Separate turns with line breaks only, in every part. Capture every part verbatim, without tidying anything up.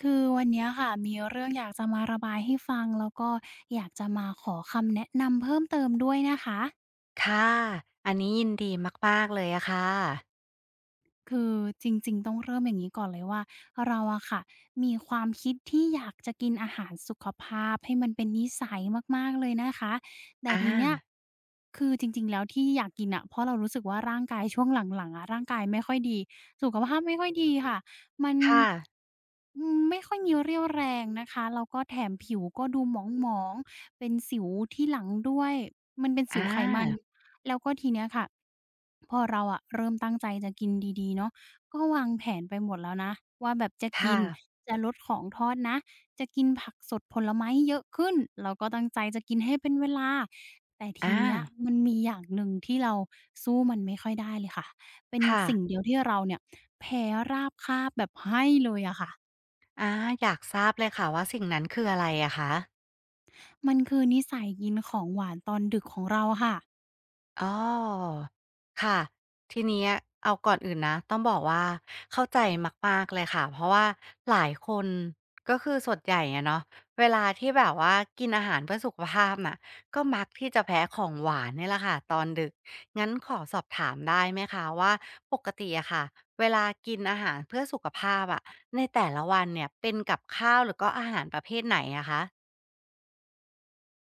คือวันเนี้ยค่ะมีเรื่องอยากจะมาระบายให้ฟังแล้วก็อยากจะมาขอคำแนะนำเพิ่มเติมด้วยนะคะ
ค่ะ อันนี้ยินดีมากๆเลยอะค่ะ
คือจริงๆต้องเริ่มอย่างนี้ก่อนเลยว่าเราอะค่ะมีความคิดที่อยากจะกินอาหารสุขภาพให้มันเป็นนิสัยมากๆเลยนะคะแต่ทีเนี้ย
อา
คือจริงๆแล้วที่อยากกินน่ะเพราะเรารู้สึกว่าร่างกายช่วงหลังๆอะร่างกายไม่ค่อยดีสุขภาพไม่ค่อยดีค่ะมัน
ค่ะ
อืมไม่ค่อยมีเรี่ยวแรงนะคะแล้วก็แถมผิวก็ดูหมองๆเป็นสิวที่หลังด้วยมันเป็นสิว
อา
ไขมัน แล้วก็ทีเนี้ยค่ะพอเราอะเริ่มตั้งใจจะกินดีๆเนาะก็วางแผนไปหมดแล้วนะว่าแบบจะกิ
ค่ะ
นจะลดของทอดนะจะกินผักสดผลไม้เยอะขึ้นแล้วก็ตั้งใจจะกินให้เป็นเวลาแต่ทีเนี้ย
อา
มันมมีอย่างหนึ่งที่เราสู้มันไม่ค่อยได้เลยค่ะเป็น
ค่ะ
สิ่งเดียวที่เราเนี่ยแพ้ราบคาบแบบให้เลยอะค่ะ
อาอยากทราบเลยค่ะว่าสิ่งนั้นคืออะไรอะคะ
มันคือนิสัยกินของหวานตอนดึกของเราค่ะ
อ๋อค่ะทีเนี้ยเอาก่อนอื่นนะต้องบอกว่า เข้าใจมากๆเลยค่ะเพราะว่าหลายคนก็คือส่วนใหญ่อะเนาะเวลาที่แบบว่ากินอาหารเพื่อสุขภาพน่ะก็มักที่จะแพ้ของหวานเนี่ยแหละค่ะตอนดึกงั้นขอสอบถามได้ไหมคะว่าปกติอะค่ะเวลากินอาหารเพื่อสุขภาพอะในแต่ละวันเนี่ยเป็นกับข้าวหรือก็อาหารประเภทไหนอะคะ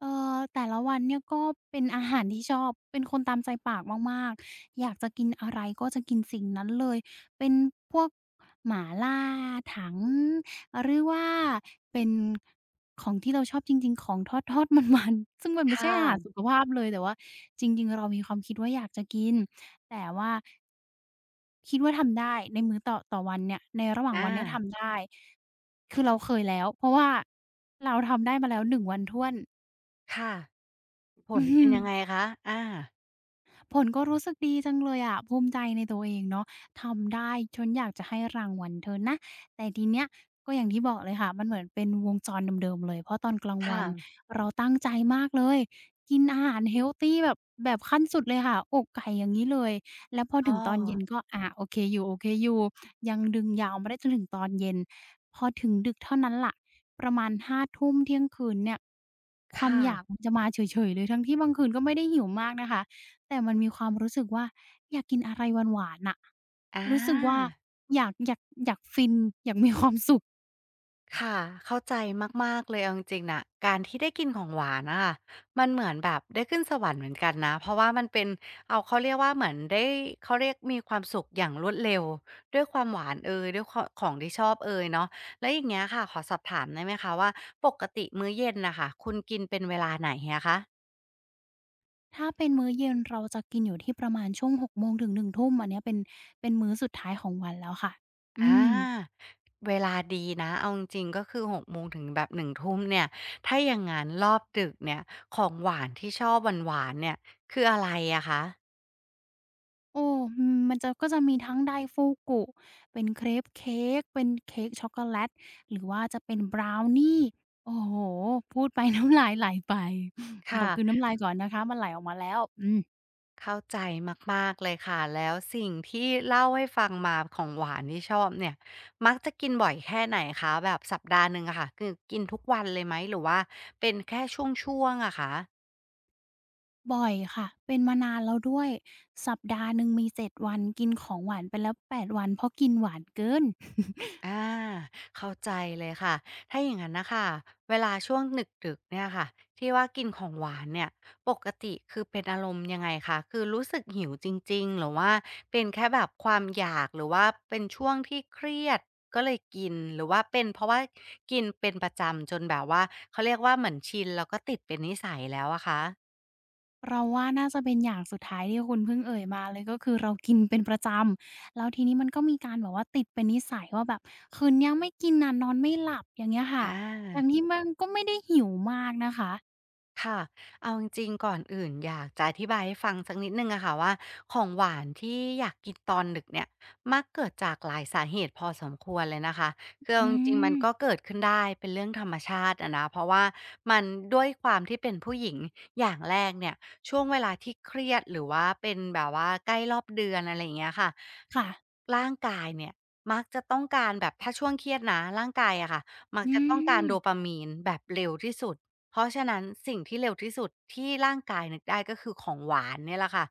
เอ่อแต่ละวันเนี่ยก็เป็นอาหารที่ชอบเป็นคนตามใจปากมากๆ อยากจะกินอะไรก็จะกินสิ่งนั้นเลยเป็นพวกหม่าล่าถังหรือว่าเป็นของที่เราชอบจริงๆของทอดๆมันๆ ซึ่งมันไม่
ค่
ใช่อาหารสุ
ะ
ขภาพเลยแต่ว่าจริงๆเรามีความคิดว่าอยากจะกินแต่ว่าคิดว่าทำได้ในมื้อต่อต่อวันเนี่ยในระหว่าง
อา
วันเนี่ยทำได้คือเราเคยแล้วเพราะว่าเราทำได้มาแล้วหนึ่งวันถ้วน
ค่ะผ
อื
ลเป็น
ม
ยังไงคะอา
ผลก็รู้สึกดีจังเลยอะภูมิใจในตัวเองเนาะทำได้ฉันอยากจะให้รางวัลเธอนะแต่ทีเนี้ยก็อย่างที่บอกเลยค่ะมันเหมือนเป็นวงจรเดิมๆเลยเพราะตอนกลางวัน
ค่ะ
เราตั้งใจมากเลยกินอาหารเฮลตีแบบแบบขั้นสุดเลยค่ะอกไก่อย่างนี้เลยแล้วพอถึ
อ้อ
งตอนเย็นก็อะโอเคอยู่โอเคอยยังดึงยาวมาได้จนถึงตอนเย็นพอถึงดึกเท่านั้นล่ะประมาณห้าทุ่มเที่ยงคืนเนี่ยความ
ค่ะ
อยากมันจะมาเฉยๆเลยทั้งที่บางคืนก็ไม่ได้หิวมากนะคะ แต่มันมีความรู้สึกว่าอยากกินอะไรหวานๆน่ะ
อ
รู้สึกว่า
า
อยากอยากอยากฟิน อยากมีความสุข
ค่ะ เข้าใจมากๆเลยเอาจริงๆน่ะการที่ได้กินของหวานอะค่ะมันเหมือนแบบได้ขึ้นสวรรค์เหมือนกันนะเพราะว่ามันเป็นเอาเขาเรียกว่าเหมือนได้เขาเรียกมีความสุขอย่างรวดเร็วด้วยความหวานเอยด้วยควาของที่ชอบเอยเนาะแล้วอย่างเงี้ยค่ะขอสอบถามได้ไหมคะว่าปกติมื้อเย็นน่ะค่ะคุณกินเป็นเวลาไหนอะคะ
ถ้าเป็นมื้อเย็นเราจะกินอยู่ที่ประมาณช่วงหกโมงถึงหนึ่งทุ่มอันเนี้ยเป็นเป็นมื้อสุดท้ายของวันแล้วค่ะ
อ
อืม
าเวลาดีนะเอาจริงๆก็คือหกโมงถึงแบบหนึ่งทุ่มเนี่ยถ้าอย่างงั้นรอบดึกเนี่ยของหวานที่ชอบหวานๆเนี่ยคืออะไรอะคะ
โอ้อืมมันจะก็จะมีทั้งไดฟูกุเป็นเครปเค้กเป็นเค้กช็อกโกแลตหรือว่าจะเป็นบราวนีโอ้โฮพูดไป น้ำลายไหลไปขอ
ค่ะ
กลืนน้ำลายก่อนนะคะมันไหลออกมาแล้วอืม
เข้าใจมากๆเลยค่ะแล้วสิ่งที่เล่าให้ฟังมาของหวานที่ชอบเนี่ยมักจะกินบ่อยแค่ไหนคะแบบสัปดาห์หนึ่งอะค่ะคือกินทุกวันเลยไหมหรือว่าเป็นแค่ช่วงๆอะคะ
บ่อยค่ะเป็นมานานแล้วด้วยสัปดาห์หนึ่งมีเจ็ดวันกินของหวานไปแล้วแปดวันเพราะกินหวานเกิน
อ่าเข้าใจเลยค่ะถ้าอย่างนั้นนะคะเวลาช่วงดึกๆเนี่ยค่ะที่ว่ากินของหวานเนี่ยปกติคือเป็นอารมณ์ยังไงคะคือรู้สึกหิวจริงๆหรือว่าเป็นแค่แบบความอยากหรือว่าเป็นช่วงที่เครียดก็เลยกินหรือว่าเป็นเพราะว่ากินเป็นประจำจนแบบว่าเขาเรียกว่าเหมือนชินแล้วก็ติดเป็นนิสัยแล้วอะคะ
เราว่าน่าจะเป็นอย่างสุดท้ายที่คุณเพิ่งเอ่ยมาเลยก็คือเรากินเป็นประจำแล้วทีนี้มันก็มีการแบบว่าติดเป็นนิสัยว่าแบบคืนเนี้ยไม่กินน่ะนอนไม่หลับอย่างเงี้ย
อ
ค่ะทั้ง
า
ที่มันก็ไม่ได้หิวมากนะคะ
ค่ะเอาจริงๆก่อนอื่นอยากจะอธิบายให้ฟังสักนิดหนึ่งอะค่ะว่าของหวานที่อยากกินตอนดึกเนี่ยมักเกิดจากหลายสาเหตุพอสมควรเลยนะคะคือ
อื
เอาจริงๆมันก็
ม
เกิดขึ้นได้เป็นเรื่องธรรมชาติอะนะเพราะว่ามันด้วยความที่เป็นผู้หญิงอย่างแรกเนี่ยช่วงเวลาที่เครียดหรือว่าเป็นแบบว่าใกล้รอบเดือนอะไรอย่างเงี้ยค่ะ
ค่ะ
ร่างกายเนี่ยมักจะต้องการแบบถ้าช่วงเครียดนะร่างกายอะค่ะมัก
อื
จะต้องการ
ม
โดปามีนแบบเร็วที่สุด เพราะฉะนั้นสิ่งที่เร็วที่สุดที่ร่างกายนึกได้ก็คือของหวานเนี่ยแหละค่ะ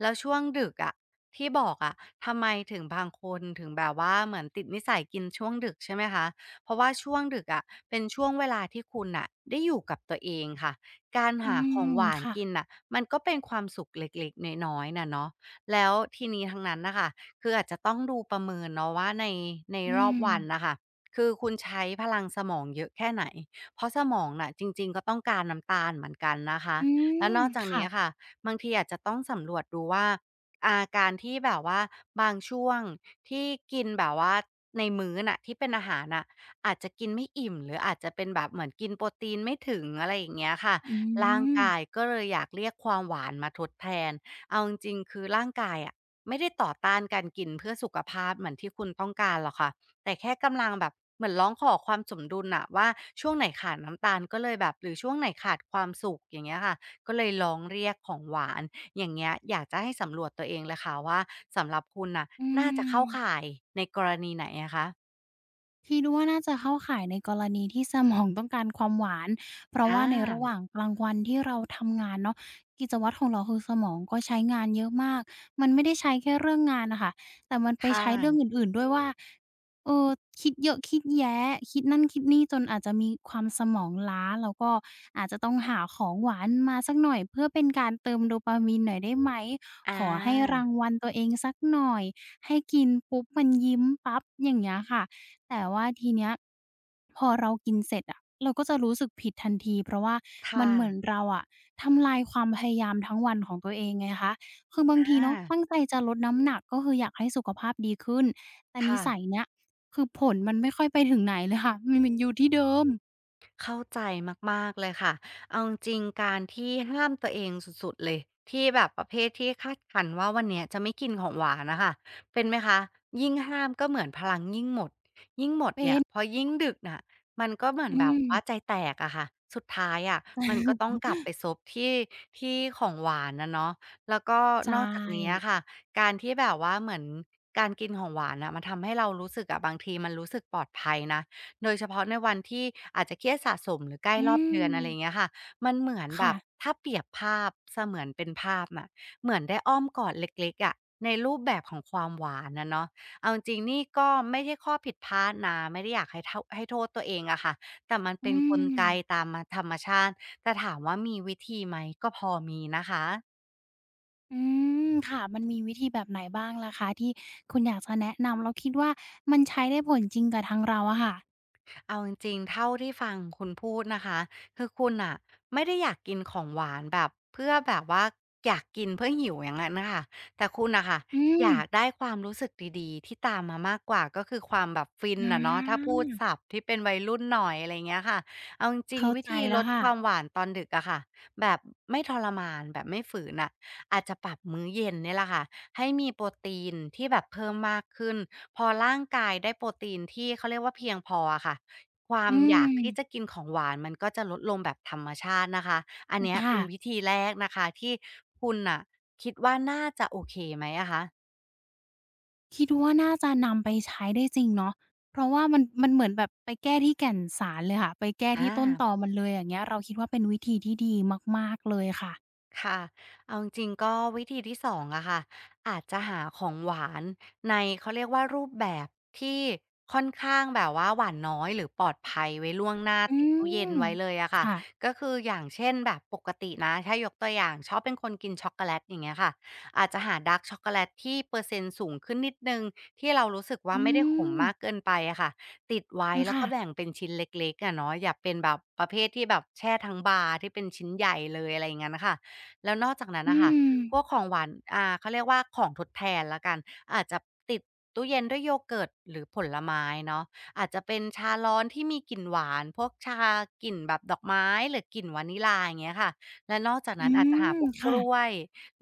แล้วช่วงดึกอะที่บอกอะทำไมถึงบางคนถึงแบบว่าเหมือนติดนิสัยกินช่วงดึกใช่ไหมคะเพราะว่าช่วงดึกอะเป็นช่วงเวลาที่คุณน่ะได้อยู่กับตัวเองค่ะการ
อื
หาข
ม
องหวานกิน
ค่ะ
น่ะมันก็เป็นความสุขเล็กๆน้อยๆน่ะเนาะแล้วทีนี้ทั้งนั้นนะคะคืออาจจะต้องดูประเมินเนาะว่าในใน
อื
รอบ
ม
วันนะคะคือคุณใช้พลังสมองเยอะแค่ไหน เพราะสมองน่ะจริงๆก็ต้องการน้ำตาลเหมือนกันนะคะ
อืม
แล้วนอกจาก
ค่ะ
นี้ค่ะบางทีอาจจะต้องสำรวจดูว่าอาการที่แบบว่าบางช่วงที่กินแบบว่าในมื้อน่ะที่เป็นอาหารน่ะอาจจะกินไม่อิ่มหรืออาจจะเป็นแบบเหมือนกินโปรตีนไม่ถึงอะไรอย่างเงี้ยค่ะ
อื
ร่าง
ม
กายก็เลยอยากเรียกความหวานมาทดแทนเอาจริงๆคือร่างกายอะไม่ได้ต่อต้านการกินเพื่อสุขภาพเหมือนที่คุณต้องการหรอกค่ะ แต่แค่กำลังแบบเหมือนร้องขอความสมดุลน่ะว่าช่วงไหนขาดน้ำตาลก็เลยแบบหรือช่วงไหนขาดความสุขอย่างเงี้ยค่ะก็เลยร้องเรียกของหวานอย่างเงี้ยอยากจะให้สำรวจตัวเองเลยค่ะว่าสำหรับคุณน่ะ
อื
น่าจะเข้า
ม
ข่ายในกรณีไหนอะคะ
คิดว่าน่าจะเข้าข่ายในกรณีที่สมองต้องการความหวาน เพราะว่า
อา
ในระหว่างกลางวันที่เราทำงานเนาะกิจวัตรของเราคือสมองก็ใช้งานเยอะมาก มันไม่ได้ใช้แค่เรื่องงานน่ะค่ะแต่มันไป
ค
ใช้เรื่อง
่ะ
อื่นๆด้วยว่าเออคิดเยอะคิดแย้คิดนั่นคิดนี่จนอาจจะมีความสมองล้าแล้วก็อาจจะต้องหาของหวานมาสักหน่อยเพื่อเป็นการเติมโดปามีนหน่อยได้ไหม
อ
ขอให้รา
า
งวัลตัวเองสักหน่อยให้กินปุ๊บมันยิ้มปั๊บอย่างเงี้ยค่ะ แต่ว่าทีเนี้ยพอเรากินเสร็จอะเราก็จะรู้สึกผิดทันทีเพราะว่ามัน
ค่ะ
เหมือนเราอะทำลายความพยายามทั้งวันของตัวเองไงคะคือบางที
อา
เนาะตั้งใจจะลดน้ำหนักก็คืออยากให้สุขภาพดีขึ้นแต่นิสัย
ค่ะ
เนี้ยคือผลมันไม่ค่อยไปถึงไหนเลยค่ะมันมันอยู่ที่เดิม
เข้าใจมากๆเลยค่ะเอาจริงๆการที่ห้ามตัวเองสุดๆเลยที่แบบประเภทที่คาดคั้นว่าวันเนี้ยจะไม่กินของหวานน่ะค่ะเป็นไหมคะยิ่งห้ามก็เหมือนพลังยิ่งหมดยิ่งหมด
เป็
เนี่ย
น
พอยิ่งดึกน่ะมันก็เหมือน
อื
แบบ
ม
ว่าใจแตกอะค่ะสุดท้ายอะมันก็ต้อง กลับไปซบที่ที่ของหวานอะเนาะแล้วก็
ใช
นอกจากนี้อะ
่
ค่ะการที่แบบว่าเหมือนการกินของหวานน่ะมันทำให้เรารู้สึกอะบางทีมันรู้สึกปลอดภัยนะ โดยเฉพาะในวันที่อาจจะเครียดสะสมหรือใกล้
อื
รอบเดือนอะไรอย่างเงี้
ม
ยค่ะมันเหมือนแบ
ค่ะ
บถ้าเปรียบภาพเสมือนเป็นภาพน่ะเหมือนได้อ้อมกอดเล็กๆอะในรูปแบบของความหวานอะเนาะเอาจริงๆนี่ก็ไม่ใช่ข้อผิดพลาดนะไม่ได้อยากให้เท่าให้โทษตัวเองอะค่ะแต่มัน
อื
เป็นกลไก
ม
ตามมธรรมชาติแต่ถามว่ามีวิธีไหมก็พอมีนะคะ
อืมค่ะมันมีวิธีแบบไหนบ้างล่ะคะที่คุณอยากจะแนะนำแล้วคิดว่ามันใช้ได้ผลจริงกับทางเราอะค่ะ
เอาจริงๆเท่าที่ฟังคุณพูดนะคะคือคุณอ่ะไม่ได้อยากกินของหวานแบบเพื่อแบบว่าอยากกินเพื่อหิวอย่างงั้นนะคะแต่คุณนะค่ะ
อืม
อยากได้ความรู้สึกดีๆที่ตามมามากกว่าก็คือความแบบฟิน
อ
อะเนาะถ้า
า
พูดศัพท์ที่เป็นวัยรุ่นหน่อยอะไรงเงี้ยค่ะเอาจริง
เข้า
ๆวิ
ใจ
ธี
แล้
ล
ว
ด
ค่ะ
ความหวานตอนดึกอะค่ะแบบไม่ทรมานแบบไม่ฝืนอ่ะอาจจะปรับมื้อเย็นเนี่ยแหละค่ะให้มีโปรตีนที่แบบเพิ่มมากขึ้นพอร่างกายได้โปรตีนที่เขาเรียกว่าเพียงพออะค่ะ ควา
อื
มอยากที่จะ
ม
กินของหวานมันก็จะลดลงแบบธรรมชาตินะคะ อันเนี้ย
ค่ะ
เป็นวิธีแรกนะคะที่คุณน่ะคิดว่าน่าจะโอเคไหมอะคะ
คิดว่าน่าจะนำไปใช้ได้จริงเนาะเพราะว่ามันมันเหมือนแบบไปแก้ที่แก่นสารเลยค่ะไปแก้
อา
ที่ต้นตอมันเลยอย่างเงี้ยเราคิดว่าเป็นวิธีที่ดีมากๆเลยค่ะ
ค่ะ เอาจริงๆก็วิธีที่สององอะค่ะอาจจะหาของหวานในเขาเรียกว่ารูปแบบที่ค่อนข้างแบบว่าหวานน้อยหรือปลอดภัยไว้ล่วงหน้า
อื
ติดตู้เย็น
ม
ไว้เลยอะค่ะ
ค่ะ
ก็คืออย่างเช่นแบบปกตินะถ้ายกตัวอย่างชอบเป็นคนกินช็อกโกแลตอย่างเงี้ยค่ะอาจจะหาดาร์กช็อกโกแลตที่เปอร์เซ็นต์สูงขึ้นนิดนึงที่เรารู้สึกว่า
อื
ไม่ได้ขม
ม
มากเกินไปอะค่ะติดไว้แล้ว
ค่ะ
ก็แบ่งเป็นชิ้นเล็กๆอะเนาะอย่าเป็นแบบประเภทที่แบบแช่ทั้งบาร์ที่เป็นชิ้นใหญ่เลยอะไรอย่างเงี้ยนะค่ะ แล้วนอกจากนั้น
อื
น่ะค่ะ
ม
พวกของหวานอ่าเขาเรียกว่าของทดแทนแล้วกันอาจจะติดตู้เย็นด้วยโยเกิร์ตหรือผลไม้เนาะอาจจะเป็นชาร้อนที่มีกลิ่นหวานพวกชากลิ่นแบบดอกไม้หรือกลิ่นวานิลลาอย่างเงี้ยค่ะและนอกจาก
อื
นั้นอาจจะ
ม
หาพวกก
ค่ะ
ล้วย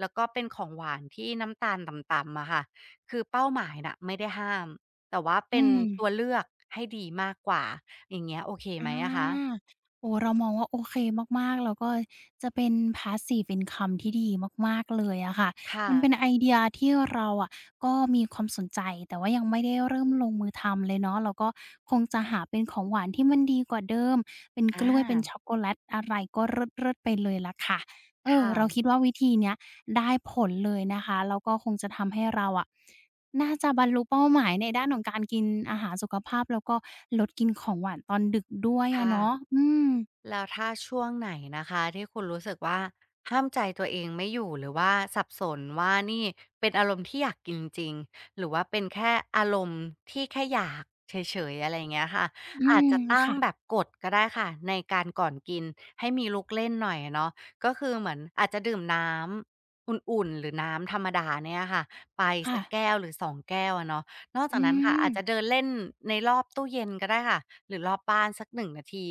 แล้วก็เป็นของหวานที่น้ำตาลต่ำๆอะค่ะคือเป้าหมายน่ะไม่ได้ห้าม แต่ว่า
อื
เป็น
ม
ตัวเลือกให้ดีมากกว่าอย่างเงี้ยโอเค
อ
ไหมอะคะ
าโอ้เรามองว่าโอเคมากๆแล้วก็จะเป็น Passive Income ที่ดีมากๆเลยอะค่ะ
ค่ะ
มันเป็นไอเดียที่เราอะก็มีความสนใจแต่ว่ายังไม่ได้เริ่มลงมือทำเลยเนาะเราก็คงจะหาเป็นของหวานที่มันดีกว่าเดิมเป็น
อ
กล้วยเป็น
า
ช็อกโกแลตอะไรก็เลิศๆไปเลยล่ะค่ะเออ
ค่ะ
เราคิดว่าวิธีเนี้ยได้ผลเลยนะคะแล้วก็คงจะทำให้เราอะ น่าจะบรรลุเป้าหมายในด้านของการกินอาหารสุขภาพแล้วก็ลดกินของหวานตอนดึกด้วยอะเนาะ
ค่ะ
อืม
แล้วถ้าช่วงไหนนะคะที่คุณรู้สึกว่าห้ามใจตัวเองไม่อยู่หรือว่าสับสนว่านี่เป็นอารมณ์ที่อยากกินจริงหรือว่าเป็นแค่อารมณ์ที่แค่อยากเฉยๆอะไรอย่างเงี้ยค่ะ
อื
อาจ
ม
จะตั้ง
ค่ะ
แบบกฎก็ได้ค่ะในการก่อนกินให้มีลุกเล่นหน่อยเนาะก็คือเหมือนอาจจะดื่มน้ำอุ่นๆหรือน้ำธรรมดาเนี่ยค่ะไป
ค่ะ
สักแก้วหรือสองแก้วอะเนาะ นอก
อื
จากนั้นค่ะ
ม
อาจจะเดินเล่นในรอบตู้เย็นก็ได้ค่ะหรือรอบบ้านสักหนึ่งนงนาที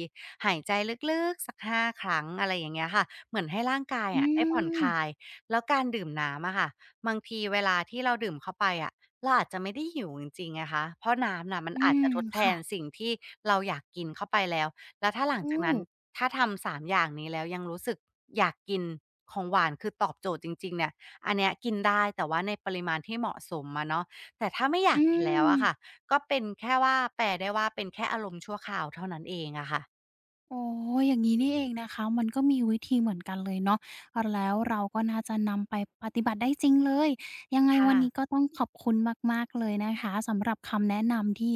หายใจลึกๆสักห้าครั้งอะไรอย่างเงี้ยค่ะเหมือนให้ร่างกาย
อื
อะได้ผ่อนค
ม
ลายแล้วการดื่มน้ำอะค่ะบางทีเวลาที่เราดื่มเข้าไปอะเราอาจจะไม่ได้หิวจริงๆนะคะเพราะน้ำน่ะมัน
อื
อาจจะ
ม
ทดแท
ค่ะ
นสิ่งที่เราอยากกินเข้าไปแล้วแล้วถ้าหลัง
อื
จาก
ม
นั้นถ้าทำสามอย่างนี้แล้วยังรู้สึกอยากกินของหวานคือตอบโจทย์จริงๆเนี่ยอันเนี้ยกินได้แต่ว่าในปริมาณที่เหมาะสมอะเนาะ แต่ถ้าไม่อยา
อื
กกินแล้ว
ม
อะค่ะก็เป็นแค่ว่าแปลได้ว่าเป็นแค่อารมณ์ชั่วคราวเท่านั้นเองอะค่ะ
อ๋ออย่างงี้นี่เองนะคะมันก็มีวิธีเหมือนกันเลยเนาะแล้วเราก็น่าจะนำไปปฏิบัติได้จริงเลย ยังไงวั
ค่ะ
นนี้ก็ต้องขอบคุณมากๆเลยนะคะสำหรับคำแนะนำที่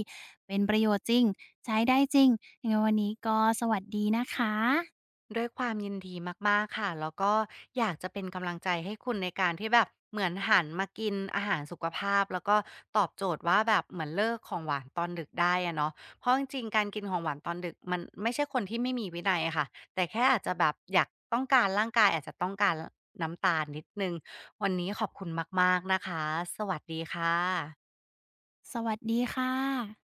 เป็นประโยชน์จริงใช้ได้จริงยังไงวันนี้ก็สวัสดีนะคะ
ด้วยความยินดีมากๆค่ะแล้วก็อยากจะเป็นกำลังใจให้คุณในการที่แบบเหมือนหันมากินอาหารสุขภาพแล้วก็ตอบโจทย์ว่าแบบเหมือนเลิกของหวานตอนดึกได้อะเนาะเพราะจริงๆ การกินของหวานตอนดึกมันไม่ใช่คนที่ไม่มีวินัยอะค่ะแต่แค่อาจจะแบบอยากต้องการร่างกายอาจจะต้องการน้ำตาลนิดหนึ่งวันนี้ขอบคุณมากๆนะคะสวัสดีค่ะ
สวัสดีค่ะ